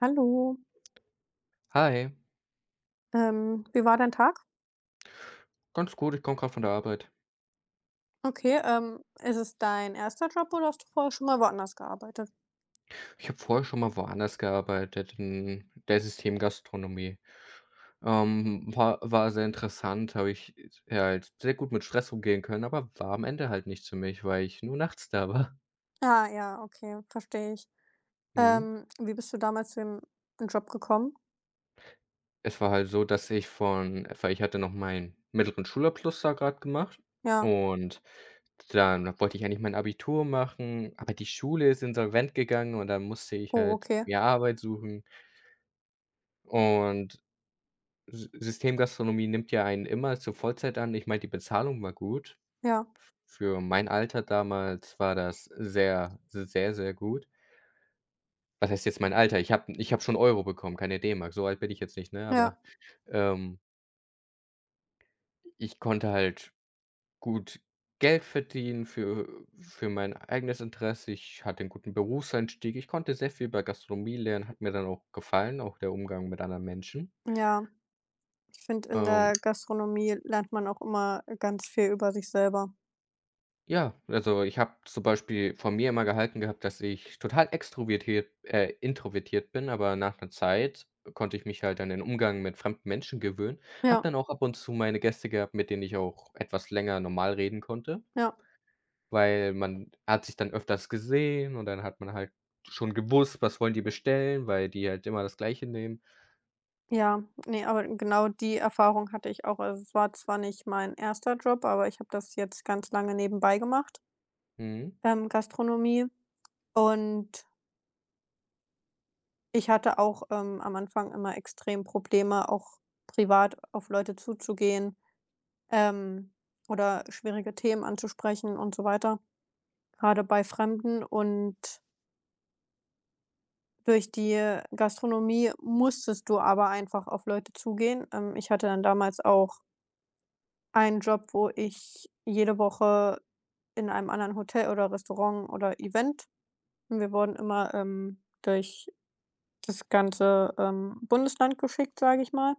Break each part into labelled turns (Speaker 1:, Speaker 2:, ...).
Speaker 1: Hallo.
Speaker 2: Hi,
Speaker 1: Wie war dein Tag?
Speaker 2: ganz gut, ich komme gerade von der Arbeit.
Speaker 1: Okay, ist es dein erster Job oder hast du vorher schon mal woanders gearbeitet?
Speaker 2: Ich habe vorher schon mal woanders gearbeitet, in der Systemgastronomie. War sehr interessant, habe ich ja halt sehr gut mit Stress umgehen können, aber war am Ende halt nichts für mich, weil ich nur nachts da war.
Speaker 1: Ah, ja, okay, verstehe ich.
Speaker 2: Mhm.
Speaker 1: Wie bist du damals zu dem Job gekommen?
Speaker 2: Es war halt so, dass ich von weil ich hatte noch meinen mittleren Schulabschluss da gerade gemacht
Speaker 1: Ja.
Speaker 2: und dann wollte ich eigentlich mein Abitur machen, aber die Schule ist insolvent gegangen und dann musste ich
Speaker 1: Oh,
Speaker 2: halt
Speaker 1: okay.
Speaker 2: mir Arbeit suchen und S Systemgastronomie nimmt ja einen immer zur Vollzeit an. Ich meine, die Bezahlung war gut.
Speaker 1: Ja,
Speaker 2: Für mein Alter damals war das sehr, sehr, sehr gut. Was heißt jetzt mein Alter? Ich habe schon Euro bekommen, keine D-Mark. So alt bin ich jetzt nicht, ne? Aber,
Speaker 1: ja,
Speaker 2: ähm, ich konnte halt gut Geld verdienen für mein eigenes Interesse. Ich hatte einen guten Berufseinstieg. Ich konnte sehr viel bei Gastronomie lernen, hat mir dann auch gefallen, auch der Umgang mit anderen Menschen.
Speaker 1: ja. Ich finde, in
Speaker 2: Ähm
Speaker 1: der Gastronomie lernt man auch immer ganz viel über sich selber.
Speaker 2: Ja, also, ich habe zum Beispiel von mir immer gehalten gehabt, dass ich total extrovertiert introvertiert bin, aber nach einer Zeit konnte ich mich halt an den Umgang mit fremden Menschen gewöhnen. Hab
Speaker 1: Ja,
Speaker 2: dann auch ab und zu meine Gäste gehabt, mit denen ich auch etwas länger normal reden konnte,
Speaker 1: ja,
Speaker 2: weil man hat sich dann öfters gesehen und dann hat man halt schon gewusst, was wollen die bestellen, weil die halt immer das Gleiche nehmen.
Speaker 1: ja. Ne, aber genau die Erfahrung hatte ich auch. Also, es war zwar nicht mein erster Job, aber ich habe das jetzt ganz lange nebenbei gemacht,
Speaker 2: Mhm,
Speaker 1: Gastronomie. Und ich hatte auch, am Anfang immer extrem Probleme, auch privat auf Leute zuzugehen, ähm, oder schwierige Themen anzusprechen und so weiter. Gerade bei Fremden. Und durch die Gastronomie musstest du aber einfach auf Leute zugehen. Ich hatte dann damals auch einen Job, wo ich jede Woche in einem anderen Hotel oder Restaurant oder Event, und wir wurden immer, durch das ganze, Bundesland geschickt, sage ich mal.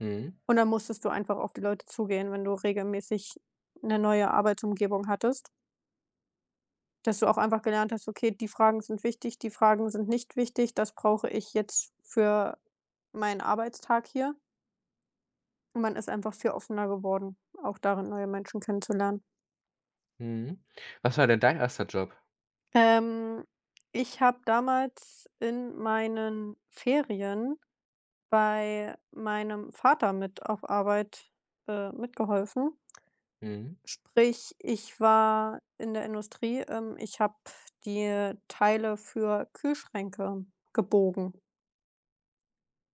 Speaker 2: mhm,
Speaker 1: Und dann musstest du einfach auf die Leute zugehen, wenn du regelmäßig 'ne neue Arbeitsumgebung hattest, dass du auch einfach gelernt hast: „Okay, die Fragen sind wichtig, die Fragen sind nicht wichtig, das brauche ich jetzt für meinen Arbeitstag hier.“ Und man ist einfach viel offener geworden, auch darin, neue Menschen kennenzulernen.
Speaker 2: mhm. Was war denn dein erster Job?
Speaker 1: Ähm, Ich habe damals in meinen Ferien bei meinem Vater mit auf Arbeit, mitgeholfen.
Speaker 2: Mhm.
Speaker 1: Sprich, ich war in der Industrie, ich habe die Teile für Kühlschränke gebogen.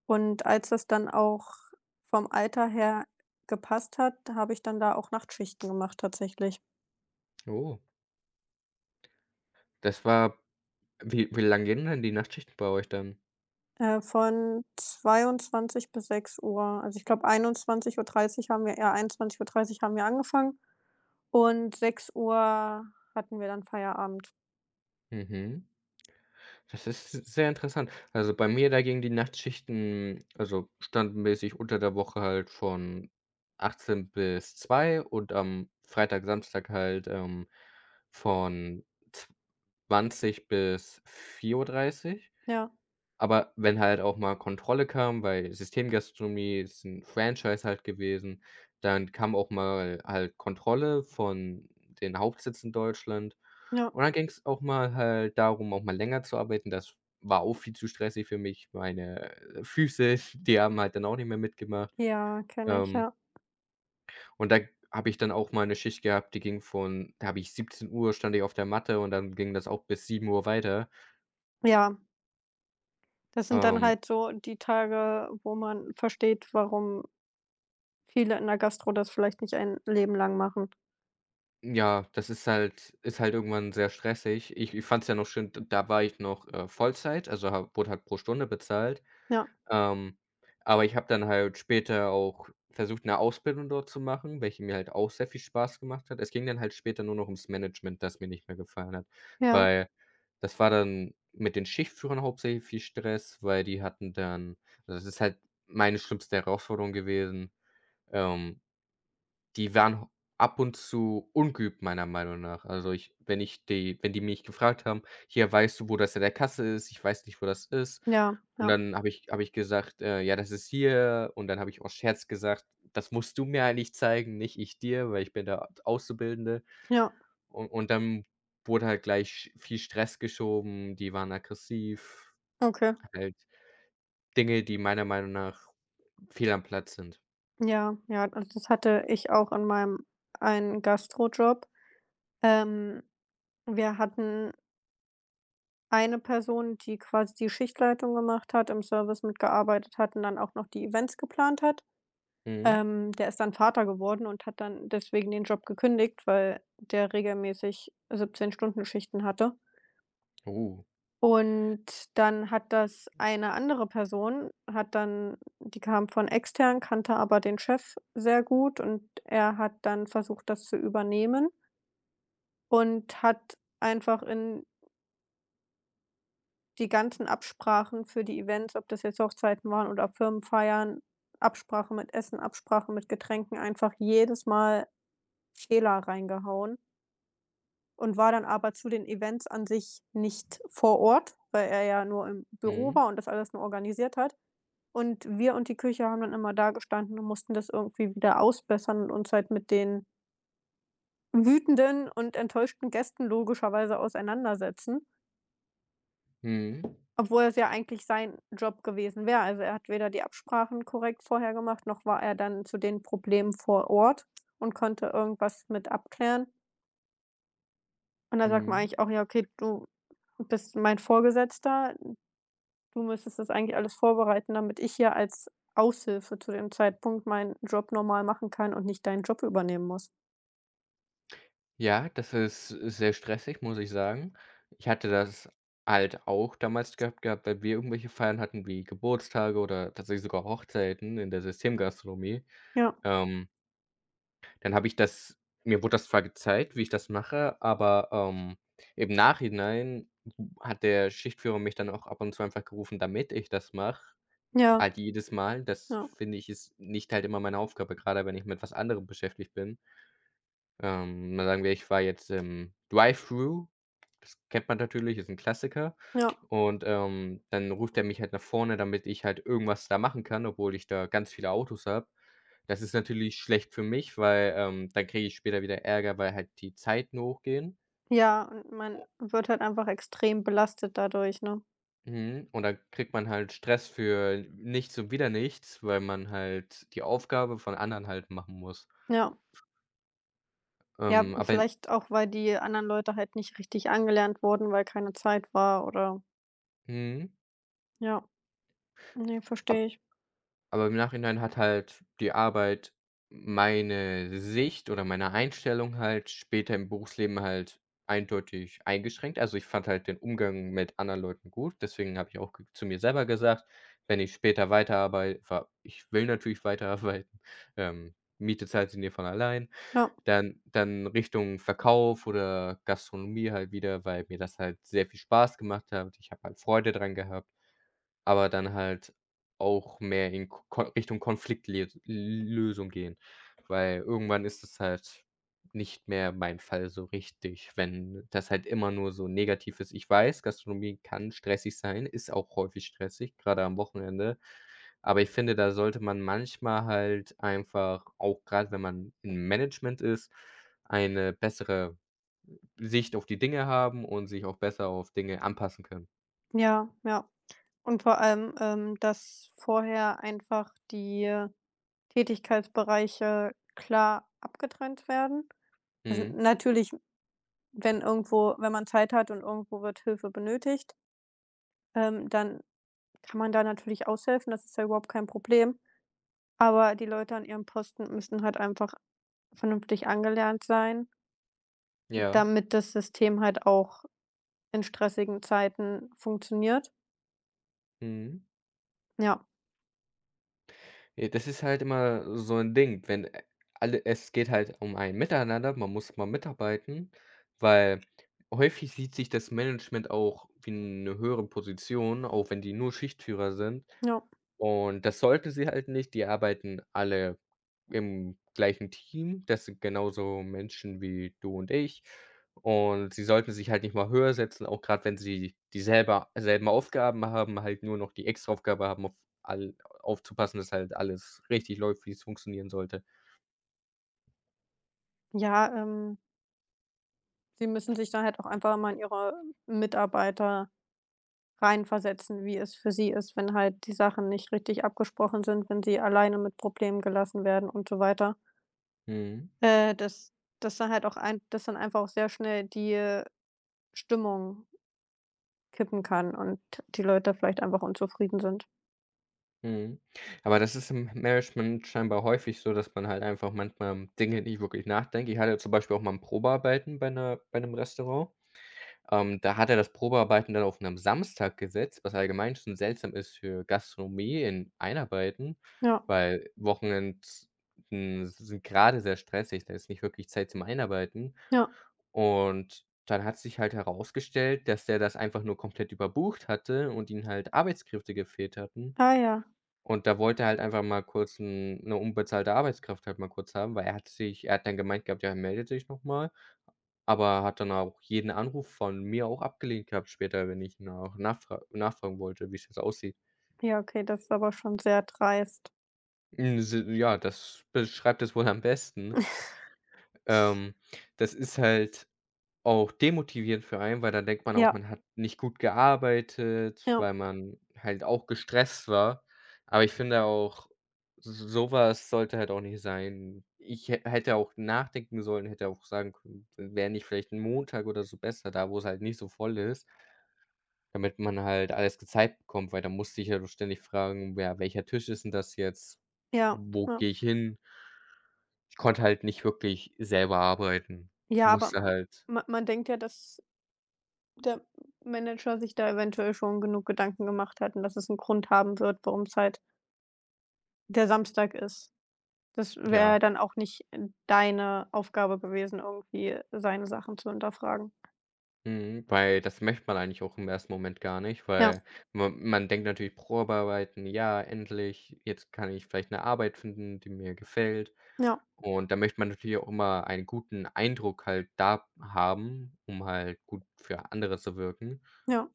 Speaker 1: Und als das dann auch vom Alter her gepasst hat, habe ich dann da auch Nachtschichten gemacht tatsächlich.
Speaker 2: Oh, das war wie lang gehen denn die Nachtschichten bei euch dann?
Speaker 1: Von zweiundzwanzig bis sechs Uhr. Also, ich glaube einundzwanzig Uhr dreißig haben wir angefangen und sechs Uhr hatten wir dann Feierabend.
Speaker 2: Mhm. Das ist sehr interessant. Also, bei mir dagegen die Nachtschichten also, standardmäßig unter der Woche halt von 18:00 bis 2:00 und am Freitag, Samstag halt, von 20:00 bis 4:30.
Speaker 1: Ja,
Speaker 2: Aber wenn halt auch mal Kontrolle kam, weil Systemgastronomie ist 'n Franchise halt gewesen, dann kam auch mal halt Kontrolle von den Hauptsitz in Deutschland.
Speaker 1: ja,
Speaker 2: Und dann ging's auch mal halt darum, auch mal länger zu arbeiten. Das war auch viel zu stressig für mich. Meine, Füße, die haben halt dann auch nicht mehr mitgemacht.
Speaker 1: ja, kenne ich,
Speaker 2: Ähm,
Speaker 1: ja.
Speaker 2: und da habe ich dann auch mal 'ne Schicht gehabt, die ging von da habe ich 17 Uhr stand ich auf der Matte und dann ging das auch bis 7 Uhr weiter.
Speaker 1: Ja, das sind dann
Speaker 2: Ähm.
Speaker 1: halt so die Tage, wo man versteht, warum viele in der Gastro das vielleicht nicht ein Leben lang machen.
Speaker 2: Ja, das ist halt irgendwann sehr stressig. Ich fand es ja noch schön, d da war ich noch, Vollzeit, also ha wurde halt pro Stunde bezahlt.
Speaker 1: Ja,
Speaker 2: Ähm, aber ich habe dann halt später auch versucht, eine Ausbildung dort zu machen, welche mir halt auch sehr viel Spaß gemacht hat. Es ging dann halt später nur noch ums Management, das mir nicht mehr gefallen hat,
Speaker 1: ja,
Speaker 2: weil das war dann mit den Schichtführern hauptsächlich viel Stress, weil die hatten dann also, das ist halt meine schlimmste Herausforderung gewesen, ähm die waren ab und zu ungeübt meiner Meinung nach. Also, ich wenn ich die wenn die mich gefragt haben: „Hier, weißt du, wo das an der Kasse ist? Ich weiß nicht, wo das ist.“
Speaker 1: ja,
Speaker 2: Und
Speaker 1: ja,
Speaker 2: dann habe ich gesagt, „Ja, das ist hier.“ Und dann habe ich aus Scherz gesagt: „Das musst du mir eigentlich zeigen, nicht ich dir, weil ich bin der Auszubildende.“
Speaker 1: ja,
Speaker 2: Und dann wurde halt gleich viel Stress geschoben, die waren aggressiv,
Speaker 1: okay.
Speaker 2: halt Dinge, die meiner Meinung nach fehl am Platz sind.
Speaker 1: Ja, ja, also, das hatte ich auch in meinem einen Gastrojob. Ähm, Wir hatten eine Person, die quasi die Schichtleitung gemacht hat, im Service mitgearbeitet hat und dann auch noch die Events geplant hat.
Speaker 2: Mhm.
Speaker 1: Der ist dann Vater geworden und hat dann deswegen den Job gekündigt, weil der regelmäßig 17 Stunden Schichten hatte.
Speaker 2: Oh.
Speaker 1: Und dann hat das eine andere Person hat dann die kam von extern, kannte aber den Chef sehr gut, und er hat dann versucht, das zu übernehmen und hat einfach in die ganzen Absprachen für die Events, ob das jetzt Hochzeiten waren oder Firmenfeiern, Absprache mit Essen, Absprache mit Getränken, einfach jedes Mal Fehler reingehauen und war dann aber zu den Events an sich nicht vor Ort, weil er ja nur im Büro
Speaker 2: Mhm.
Speaker 1: war und das alles nur organisiert hat. Und die Küche haben dann immer dagestanden und mussten das irgendwie wieder ausbessern und uns halt mit den wütenden und enttäuschten Gästen logischerweise auseinandersetzen,
Speaker 2: Mhm.
Speaker 1: obwohl es ja eigentlich sein Job gewesen wäre. Also, er hat weder die Absprachen korrekt vorher gemacht, noch war er dann zu den Problemen vor Ort und konnte irgendwas mit abklären. Und da sagt man
Speaker 2: Mhm.
Speaker 1: eigentlich auch: „Ja, okay, du bist mein Vorgesetzter. Du müsstest das eigentlich alles vorbereiten, damit ich hier als Aushilfe zu dem Zeitpunkt meinen Job normal machen kann und nicht deinen Job übernehmen muss.“
Speaker 2: Ja, das ist sehr stressig, muss ich sagen. Ich hatte das halt auch damals gehabt, wenn wir irgendwelche Feiern hatten wie Geburtstage oder tatsächlich sogar Hochzeiten in der Systemgastronomie.
Speaker 1: Ja,
Speaker 2: Ähm, dann habe ich das mir wurde das zwar gezeigt, wie ich das mache, aber, im Nachhinein hat der Schichtführer mich dann auch ab und zu einfach gerufen, damit ich das mache,
Speaker 1: ja,
Speaker 2: halt jedes Mal. Das
Speaker 1: ja,
Speaker 2: finde ich, ist nicht halt immer meine Aufgabe, gerade wenn ich mit was anderem beschäftigt bin. Dann sagen wir, ich war jetzt im Drive-Thru. Das kennt man natürlich, ist 'n Klassiker.
Speaker 1: ja.
Speaker 2: Und, dann ruft er mich halt nach vorne, damit ich halt irgendwas da machen kann, obwohl ich da ganz viele Autos habe. Das ist natürlich schlecht für mich, weil, dann kriege ich später wieder Ärger, weil halt die Zeiten hochgehen.
Speaker 1: Ja, und man wird halt einfach extrem belastet dadurch, ne?
Speaker 2: Mhm, und dann kriegt man halt Stress für nichts und wieder nichts, weil man halt die Aufgabe von anderen halt machen muss.
Speaker 1: Ja. Ja,
Speaker 2: Aber
Speaker 1: vielleicht auch, weil die anderen Leute halt nicht richtig angelernt wurden, weil keine Zeit war oder
Speaker 2: mhm.
Speaker 1: ja. Ne,
Speaker 2: Ab
Speaker 1: verstehe ich.
Speaker 2: Aber im Nachhinein hat halt die Arbeit meine Sicht oder meine Einstellung halt später im Berufsleben halt eindeutig eingeschränkt. Also, ich fand halt den Umgang mit anderen Leuten gut, deswegen habe ich auch g zu mir selber gesagt, wenn ich später weiterarbei wa ich will natürlich weiterarbeiten, Miete zahlt sie mir von allein,
Speaker 1: Ja,
Speaker 2: dann Richtung Verkauf oder Gastronomie halt wieder, weil mir das halt sehr viel Spaß gemacht hat. Ich habe halt Freude dran gehabt. Aber dann halt auch mehr in Ko Kon Richtung Konfliktlösung gehen, weil irgendwann ist es halt nicht mehr mein Fall so richtig, wenn das halt immer nur so negativ ist. Ich weiß, Gastronomie kann stressig sein, ist auch häufig stressig, gerade am Wochenende. Aber ich finde, da sollte man manchmal halt einfach, auch gerade wenn man im Management ist, eine bessere Sicht auf die Dinge haben und sich auch besser auf Dinge anpassen können.
Speaker 1: ja, ja. Und vor allem, dass vorher einfach die Tätigkeitsbereiche klar abgetrennt werden. Also,
Speaker 2: Mhm.
Speaker 1: natürlich, wenn man Zeit hat und irgendwo wird Hilfe benötigt, dann kann man da natürlich aushelfen, das ist ja überhaupt kein Problem. Aber die Leute an ihrem Posten müssen halt einfach vernünftig angelernt sein,
Speaker 2: Ja.
Speaker 1: damit das System halt auch in stressigen Zeiten funktioniert.
Speaker 2: Mhm.
Speaker 1: Ja,
Speaker 2: Ja, das ist halt immer so ein Ding, wenn alle es geht halt um ein Miteinander, man muss mal mitarbeiten, weil häufig sieht sich das Management auch wie 'ne höhere Position, auch wenn die nur Schichtführer sind.
Speaker 1: ja.
Speaker 2: Und das sollten sie halt nicht. Die arbeiten alle im gleichen Team. Das sind genauso Menschen wie du und ich. Und sie sollten sich halt nicht mal höher setzen, auch gerade wenn sie die selben Aufgaben haben, halt nur noch die Extraaufgabe haben auf all aufzupassen, dass halt alles richtig läuft, wie es funktionieren sollte.
Speaker 1: Ja, sie müssen sich dann halt auch einfach mal in ihre Mitarbeiter reinversetzen, wie es für sie ist, wenn halt die Sachen nicht richtig abgesprochen sind, wenn sie alleine mit Problemen gelassen werden und so weiter.
Speaker 2: Mhm,
Speaker 1: Äh, dass dass dann einfach auch sehr schnell die Stimmung kippen kann und die Leute vielleicht einfach unzufrieden sind.
Speaker 2: mhm. Aber das ist im Management scheinbar häufig so, dass man halt einfach manchmal Dinge nicht wirklich nachdenkt. Ich hatte zum Beispiel auch mal ein Probearbeiten bei einer, bei einem Restaurant. Da hat er das Probearbeiten dann auf einem Samstag gesetzt, was allgemein schon seltsam ist für Gastronomie in Einarbeiten,
Speaker 1: Ja,
Speaker 2: weil Wochenends, sind gerade sehr stressig, da ist nicht wirklich Zeit zum Einarbeiten.
Speaker 1: ja.
Speaker 2: Und dann hat sich halt herausgestellt, dass der das einfach nur komplett überbucht hatte und ihnen halt Arbeitskräfte gefehlt hatten.
Speaker 1: Ah ja.
Speaker 2: Und da wollte er halt einfach mal kurz 'n 'ne unbezahlte Arbeitskraft halt mal kurz haben, weil er hat sich er hat dann gemeint gehabt, ja, er meldet sich nochmal. Aber hat dann auch jeden Anruf von mir auch abgelehnt gehabt später, wenn ich nachfragen wollte, wie es jetzt aussieht.
Speaker 1: Ja, okay, das ist aber schon sehr dreist.
Speaker 2: Hm, s ja, das beschreibt es wohl am besten. Ähm, das ist halt auch demotivierend für einen, weil dann denkt man auch,
Speaker 1: Ja,
Speaker 2: man hat nicht gut gearbeitet,
Speaker 1: ja,
Speaker 2: weil man halt auch gestresst war. Aber ich finde auch, s so was sollte halt auch nicht sein. Ich hä hätte auch nachdenken sollen, hätte auch sagen können, wäre nicht vielleicht ein Montag oder so besser, da wo es halt nicht so voll ist. Damit man halt alles gezeigt bekommt, weil da musste ich ja doch ständig fragen: „Ja, welcher Tisch ist denn das jetzt?
Speaker 1: ja,
Speaker 2: Wo
Speaker 1: ja.
Speaker 2: gehe ich hin?“ Ich konnte halt nicht wirklich selber arbeiten.
Speaker 1: Ja, aber
Speaker 2: Musste halt
Speaker 1: man denkt ja, dass der Manager sich da eventuell schon genug Gedanken gemacht hat und dass es einen Grund haben wird, warum es halt der Samstag ist. Das wäre ja
Speaker 2: ja,
Speaker 1: dann auch nicht deine Aufgabe gewesen, irgendwie seine Sachen zu hinterfragen.
Speaker 2: mhm, weil das möchte man eigentlich auch im ersten Moment gar nicht,
Speaker 1: Ja,
Speaker 2: weil ma man denkt natürlich Probearbeiten: „Ja, endlich, jetzt kann ich vielleicht eine Arbeit finden, die mir gefällt.“
Speaker 1: ja.
Speaker 2: Und da möchte man natürlich auch immer einen guten Eindruck halt da haben, um halt gut für andere zu wirken.
Speaker 1: Ja,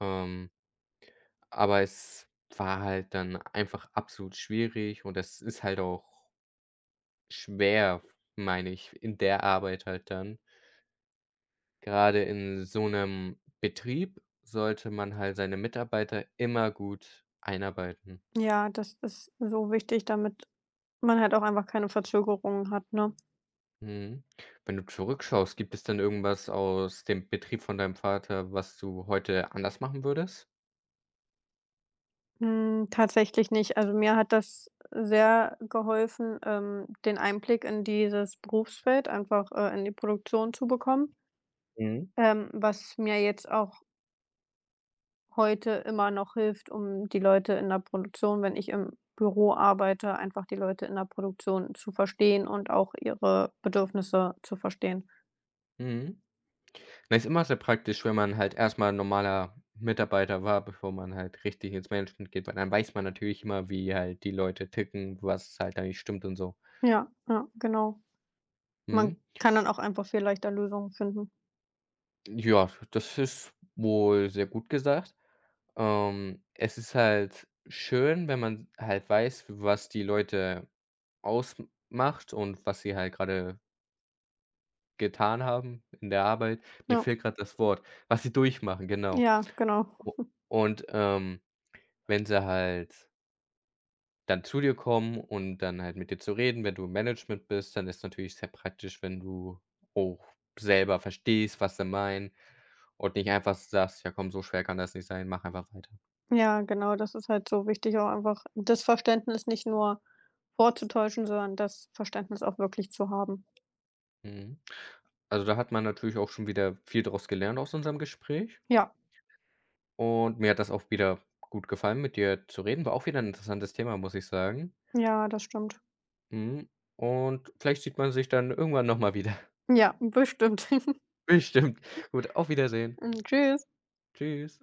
Speaker 2: Ähm Aber es war halt dann einfach absolut schwierig und das ist halt auch schwer, meine ich, in der Arbeit halt dann. Gerade in so 'nem Betrieb sollte man halt seine Mitarbeiter immer gut einarbeiten.
Speaker 1: ja, das ist so wichtig, damit man halt auch einfach keine Verzögerungen hat, ne?
Speaker 2: Mhm. Wenn du zurückschaust, gibt es denn irgendwas aus dem Betrieb von deinem Vater, was du heute anders machen würdest?
Speaker 1: Hm, tatsächlich nicht. Also, mir hat das sehr geholfen, den Einblick in dieses Berufsfeld einfach, in die Produktion zu bekommen,
Speaker 2: Mhm.
Speaker 1: was mir jetzt auch heute immer noch hilft, um die Leute in der Produktion, wenn ich im Büro arbeite, einfach die Leute in der Produktion zu verstehen und auch ihre Bedürfnisse zu verstehen.
Speaker 2: Mhm. Na, ist immer sehr praktisch, wenn man halt erstmal mal normaler Mitarbeiter war, bevor man halt richtig ins Management geht, weil dann weiß man natürlich immer, wie halt die Leute ticken, was halt da nicht stimmt und so.
Speaker 1: Ja, ja, genau.
Speaker 2: Mhm.
Speaker 1: Man kann dann auch einfach viel leichter Lösungen finden.
Speaker 2: Ja, das ist wohl sehr gut gesagt. Es ist halt schön, wenn man halt weiß, was die Leute ausmacht und was sie halt gerade getan haben in der Arbeit. Mir
Speaker 1: Ja,
Speaker 2: fehlt gerade das Wort, was sie durchmachen, genau.
Speaker 1: ja, genau.
Speaker 2: U und, wenn sie halt Dann zu dir kommen und dann halt mit dir zu reden. Wenn du im Management bist, dann ist natürlich sehr praktisch, wenn du auch selber verstehst, was sie meinen und nicht einfach sagst: „Ja komm, so schwer kann das nicht sein, mach einfach weiter.“
Speaker 1: Ja, genau, das ist halt so wichtig, auch einfach das Verständnis nicht nur vorzutäuschen, sondern das Verständnis auch wirklich zu haben.
Speaker 2: Mhm. Also, da hat man natürlich auch schon wieder viel draus gelernt aus unserem Gespräch
Speaker 1: Ja,
Speaker 2: und mir hat das auch wieder gut gefallen, mit dir zu reden. War auch wieder ein interessantes Thema, muss ich sagen.
Speaker 1: ja, das stimmt.
Speaker 2: Mhm, und vielleicht sieht man sich dann irgendwann noch mal wieder.
Speaker 1: Ja, bestimmt.
Speaker 2: Bestimmt. Gut, auf Wiedersehen.
Speaker 1: Hm, tschüss.
Speaker 2: Tschüss.